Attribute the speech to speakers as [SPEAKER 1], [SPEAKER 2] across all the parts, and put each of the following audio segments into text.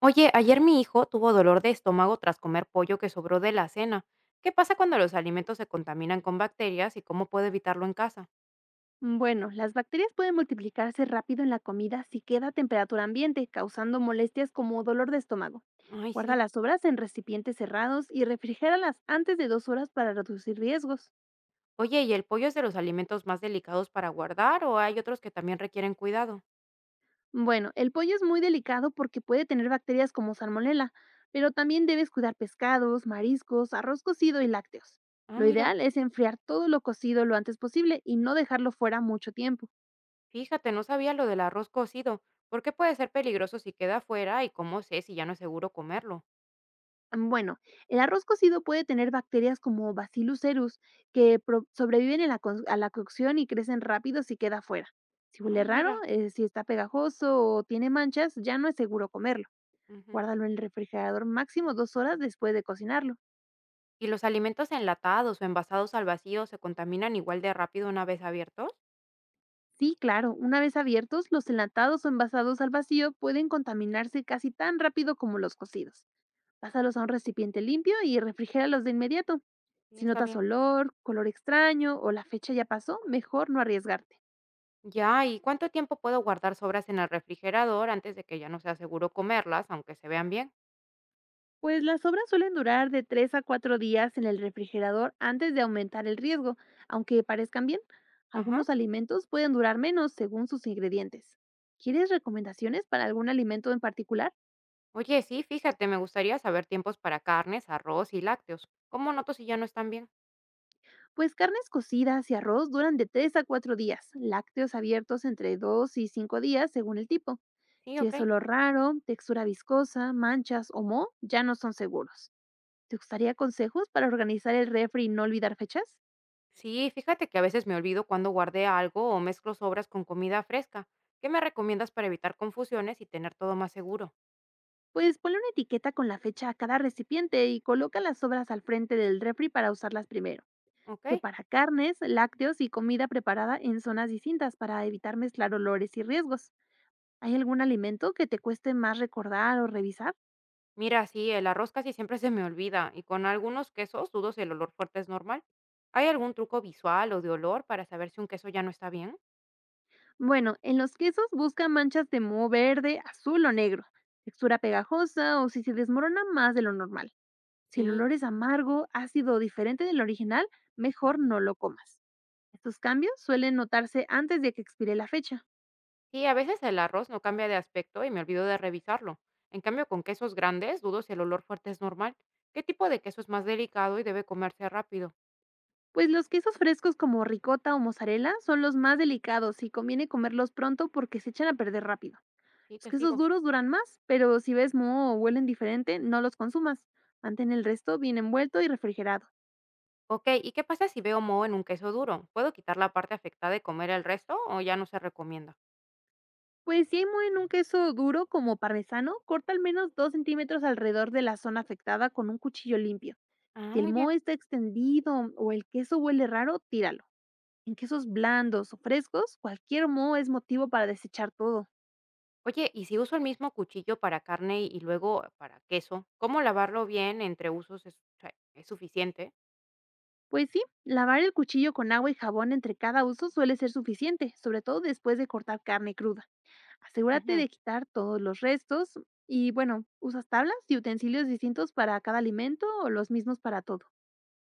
[SPEAKER 1] Oye, ayer mi hijo tuvo dolor de estómago tras comer pollo que sobró de la cena. ¿Qué pasa cuando los alimentos se contaminan con bacterias y cómo puedo evitarlo en casa?
[SPEAKER 2] Bueno, las bacterias pueden multiplicarse rápido en la comida si queda a temperatura ambiente, causando molestias como dolor de estómago.
[SPEAKER 1] Ay,
[SPEAKER 2] Guarda
[SPEAKER 1] sí.
[SPEAKER 2] las sobras en recipientes cerrados y refrigéralas antes de 2 horas para reducir riesgos.
[SPEAKER 1] Oye, ¿y el pollo es de los alimentos más delicados para guardar o hay otros que también requieren cuidado?
[SPEAKER 2] Bueno, el pollo es muy delicado porque puede tener bacterias como salmonela, pero también debes cuidar pescados, mariscos, arroz cocido y lácteos.
[SPEAKER 1] Ah,
[SPEAKER 2] Lo
[SPEAKER 1] mira,
[SPEAKER 2] ideal es enfriar todo lo cocido lo antes posible y no dejarlo fuera mucho tiempo.
[SPEAKER 1] fíjate, no sabía lo del arroz cocido. ¿Por qué puede ser peligroso si queda afuera y cómo sé si ya no es seguro comerlo?
[SPEAKER 2] Bueno, el arroz cocido puede tener bacterias como Bacillus cereus que sobreviven en a la cocción y crecen rápido si queda fuera. Si huele
[SPEAKER 1] Ay,
[SPEAKER 2] raro,
[SPEAKER 1] mira.
[SPEAKER 2] si está pegajoso o tiene manchas, ya no es seguro comerlo.
[SPEAKER 1] Ujú.
[SPEAKER 2] Guárdalo en el refrigerador máximo 2 horas después de cocinarlo.
[SPEAKER 1] ¿Y los alimentos enlatados o envasados al vacío se contaminan igual de rápido una vez abiertos?
[SPEAKER 2] Sí, claro, una vez abiertos, los enlatados o envasados al vacío pueden contaminarse casi tan rápido como los cocidos. Pásalos a un recipiente limpio y refrigéralos de inmediato.
[SPEAKER 1] Sí,
[SPEAKER 2] Si
[SPEAKER 1] está
[SPEAKER 2] notas
[SPEAKER 1] bien.
[SPEAKER 2] olor, color extraño o la fecha ya pasó, mejor no arriesgarte.
[SPEAKER 1] Ya, ¿y cuánto tiempo puedo guardar sobras en el refrigerador antes de que ya no sea seguro comerlas, aunque se vean bien?
[SPEAKER 2] Pues las sobras suelen durar de 3 a 4 días en el refrigerador antes de aumentar el riesgo, aunque parezcan bien.
[SPEAKER 1] Ajá.
[SPEAKER 2] Algunos alimentos pueden durar menos según sus ingredientes. ¿Quieres recomendaciones para algún alimento en particular?
[SPEAKER 1] Oye, sí, fíjate, me gustaría saber tiempos para carnes, arroz y lácteos. ¿Cómo noto si ya no están bien?
[SPEAKER 2] Pues carnes cocidas y arroz duran de 3 a 4 días, lácteos abiertos entre 2 y 5 días según el tipo.
[SPEAKER 1] Sí,
[SPEAKER 2] Si es
[SPEAKER 1] ok.
[SPEAKER 2] olor raro, textura viscosa, manchas o moho, ya no son seguros. ¿Te gustaría consejos para organizar el refri y no olvidar fechas?
[SPEAKER 1] Sí, fíjate que a veces me olvido cuando guardé algo o mezclo sobras con comida fresca. ¿Qué me recomiendas para evitar confusiones y tener todo más seguro?
[SPEAKER 2] Pues ponle una etiqueta con la fecha a cada recipiente y coloca las sobras al frente del refri para usarlas primero.
[SPEAKER 1] Ok.
[SPEAKER 2] Separa carnes, lácteos y comida preparada en zonas distintas para evitar mezclar olores y riesgos. ¿Hay algún alimento que te cueste más recordar o revisar?
[SPEAKER 1] Mira, sí, el arroz casi siempre se me olvida y con algunos quesos dudo si el olor fuerte es normal. ¿Hay algún truco visual o de olor para saber si un queso ya no está bien?
[SPEAKER 2] Bueno, en los quesos busca manchas de moho verde, azul o negro, textura pegajosa o si se desmorona más de lo normal. Si el
[SPEAKER 1] Sí,
[SPEAKER 2] olor es amargo, ácido o diferente del original, mejor no lo comas. Estos cambios suelen notarse antes de que expire la fecha.
[SPEAKER 1] sí, a veces el arroz no cambia de aspecto y me olvido de revisarlo. En cambio, con quesos grandes, dudo si el olor fuerte es normal. ¿Qué tipo de queso es más delicado y debe comerse rápido?
[SPEAKER 2] Pues los quesos frescos como ricota o mozzarella son los más delicados y conviene comerlos pronto porque se echan a perder rápido.
[SPEAKER 1] Sí,
[SPEAKER 2] Los
[SPEAKER 1] te
[SPEAKER 2] quesos
[SPEAKER 1] sigo.
[SPEAKER 2] duros duran más, pero si ves moho o huelen diferente, no los consumas. Mantén el resto bien envuelto y refrigerado.
[SPEAKER 1] Ok, ¿y qué pasa si veo moho en un queso duro? ¿Puedo quitar la parte afectada y comer el resto o ya no se recomienda?
[SPEAKER 2] Pues si hay moho en un queso duro como parmesano, corta al menos 2 centímetros alrededor de la zona afectada con un cuchillo limpio.
[SPEAKER 1] Ah,
[SPEAKER 2] Si el
[SPEAKER 1] muy
[SPEAKER 2] moho
[SPEAKER 1] bien.
[SPEAKER 2] está extendido o el queso huele raro, tíralo. En quesos blandos o frescos, cualquier moho es motivo para desechar todo.
[SPEAKER 1] Oye, ¿y si uso el mismo cuchillo para carne y luego para queso? ¿Cómo lavarlo bien entre usos es, o sea, es suficiente?
[SPEAKER 2] Pues sí, lavar el cuchillo con agua y jabón entre cada uso suele ser suficiente, sobre todo después de cortar carne cruda. Asegúrate de quitar todos los restos y bueno, usas tablas y utensilios distintos para cada alimento o los mismos para todo.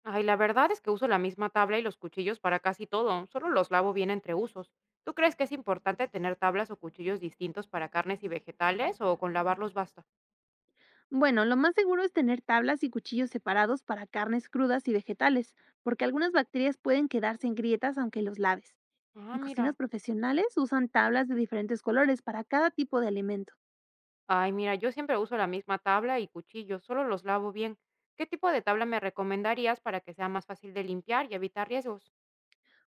[SPEAKER 1] Ay, la verdad es que uso la misma tabla y los cuchillos para casi todo, solo los lavo bien entre usos. ¿Tú crees que es importante tener tablas o cuchillos distintos para carnes y vegetales o con lavarlos basta?
[SPEAKER 2] Bueno, lo más seguro es tener tablas y cuchillos separados para carnes crudas y vegetales, porque algunas bacterias pueden quedarse en grietas aunque los laves.
[SPEAKER 1] Ah,
[SPEAKER 2] En cocinas
[SPEAKER 1] mira.
[SPEAKER 2] profesionales usan tablas de diferentes colores para cada tipo de alimento.
[SPEAKER 1] Ay, mira, yo siempre uso la misma tabla y cuchillos, solo los lavo bien. ¿Qué tipo de tabla me recomendarías para que sea más fácil de limpiar y evitar riesgos?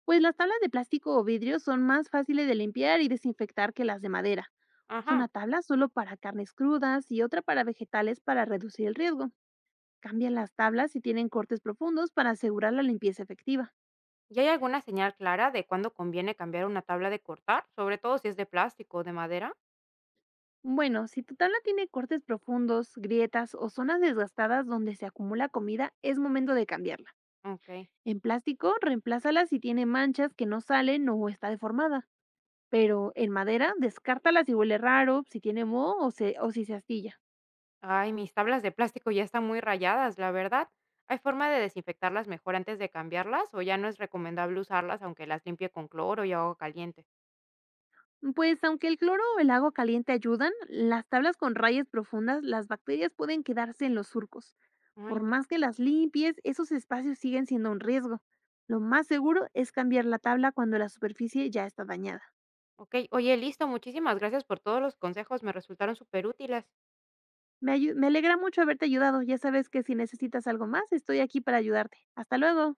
[SPEAKER 2] Pues las tablas de plástico o vidrio son más fáciles de limpiar y desinfectar que las de madera. Usa una
[SPEAKER 1] Ajá.
[SPEAKER 2] tabla solo para carnes crudas y otra para vegetales para reducir el riesgo. Cambian las tablas si tienen cortes profundos para asegurar la limpieza efectiva.
[SPEAKER 1] ¿Y hay alguna señal clara de cuándo conviene cambiar una tabla de cortar, sobre todo si es de plástico o de madera?
[SPEAKER 2] Bueno, si tu tabla tiene cortes profundos, grietas o zonas desgastadas donde se acumula comida, es momento de cambiarla.
[SPEAKER 1] Ok.
[SPEAKER 2] En plástico, reemplázala si tiene manchas que no salen o está deformada. Pero en madera, descártala si huele raro, si tiene moho o si se astilla.
[SPEAKER 1] Ay, mis tablas de plástico ya están muy rayadas, la verdad. ¿Hay forma de desinfectarlas mejor antes de cambiarlas o ya no es recomendable usarlas aunque las limpie con cloro y agua caliente?
[SPEAKER 2] Pues aunque el cloro o el agua caliente ayudan, las tablas con rayas profundas, las bacterias pueden quedarse en los surcos.
[SPEAKER 1] Ay,
[SPEAKER 2] Por
[SPEAKER 1] mi-
[SPEAKER 2] más que las limpies, esos espacios siguen siendo un riesgo. Lo más seguro es cambiar la tabla cuando la superficie ya está dañada.
[SPEAKER 1] ok. Oye, listo. Muchísimas gracias por todos los consejos. Me resultaron súper útiles.
[SPEAKER 2] Me alegra mucho haberte ayudado. Ya sabes que si necesitas algo más, estoy aquí para ayudarte. Hasta luego.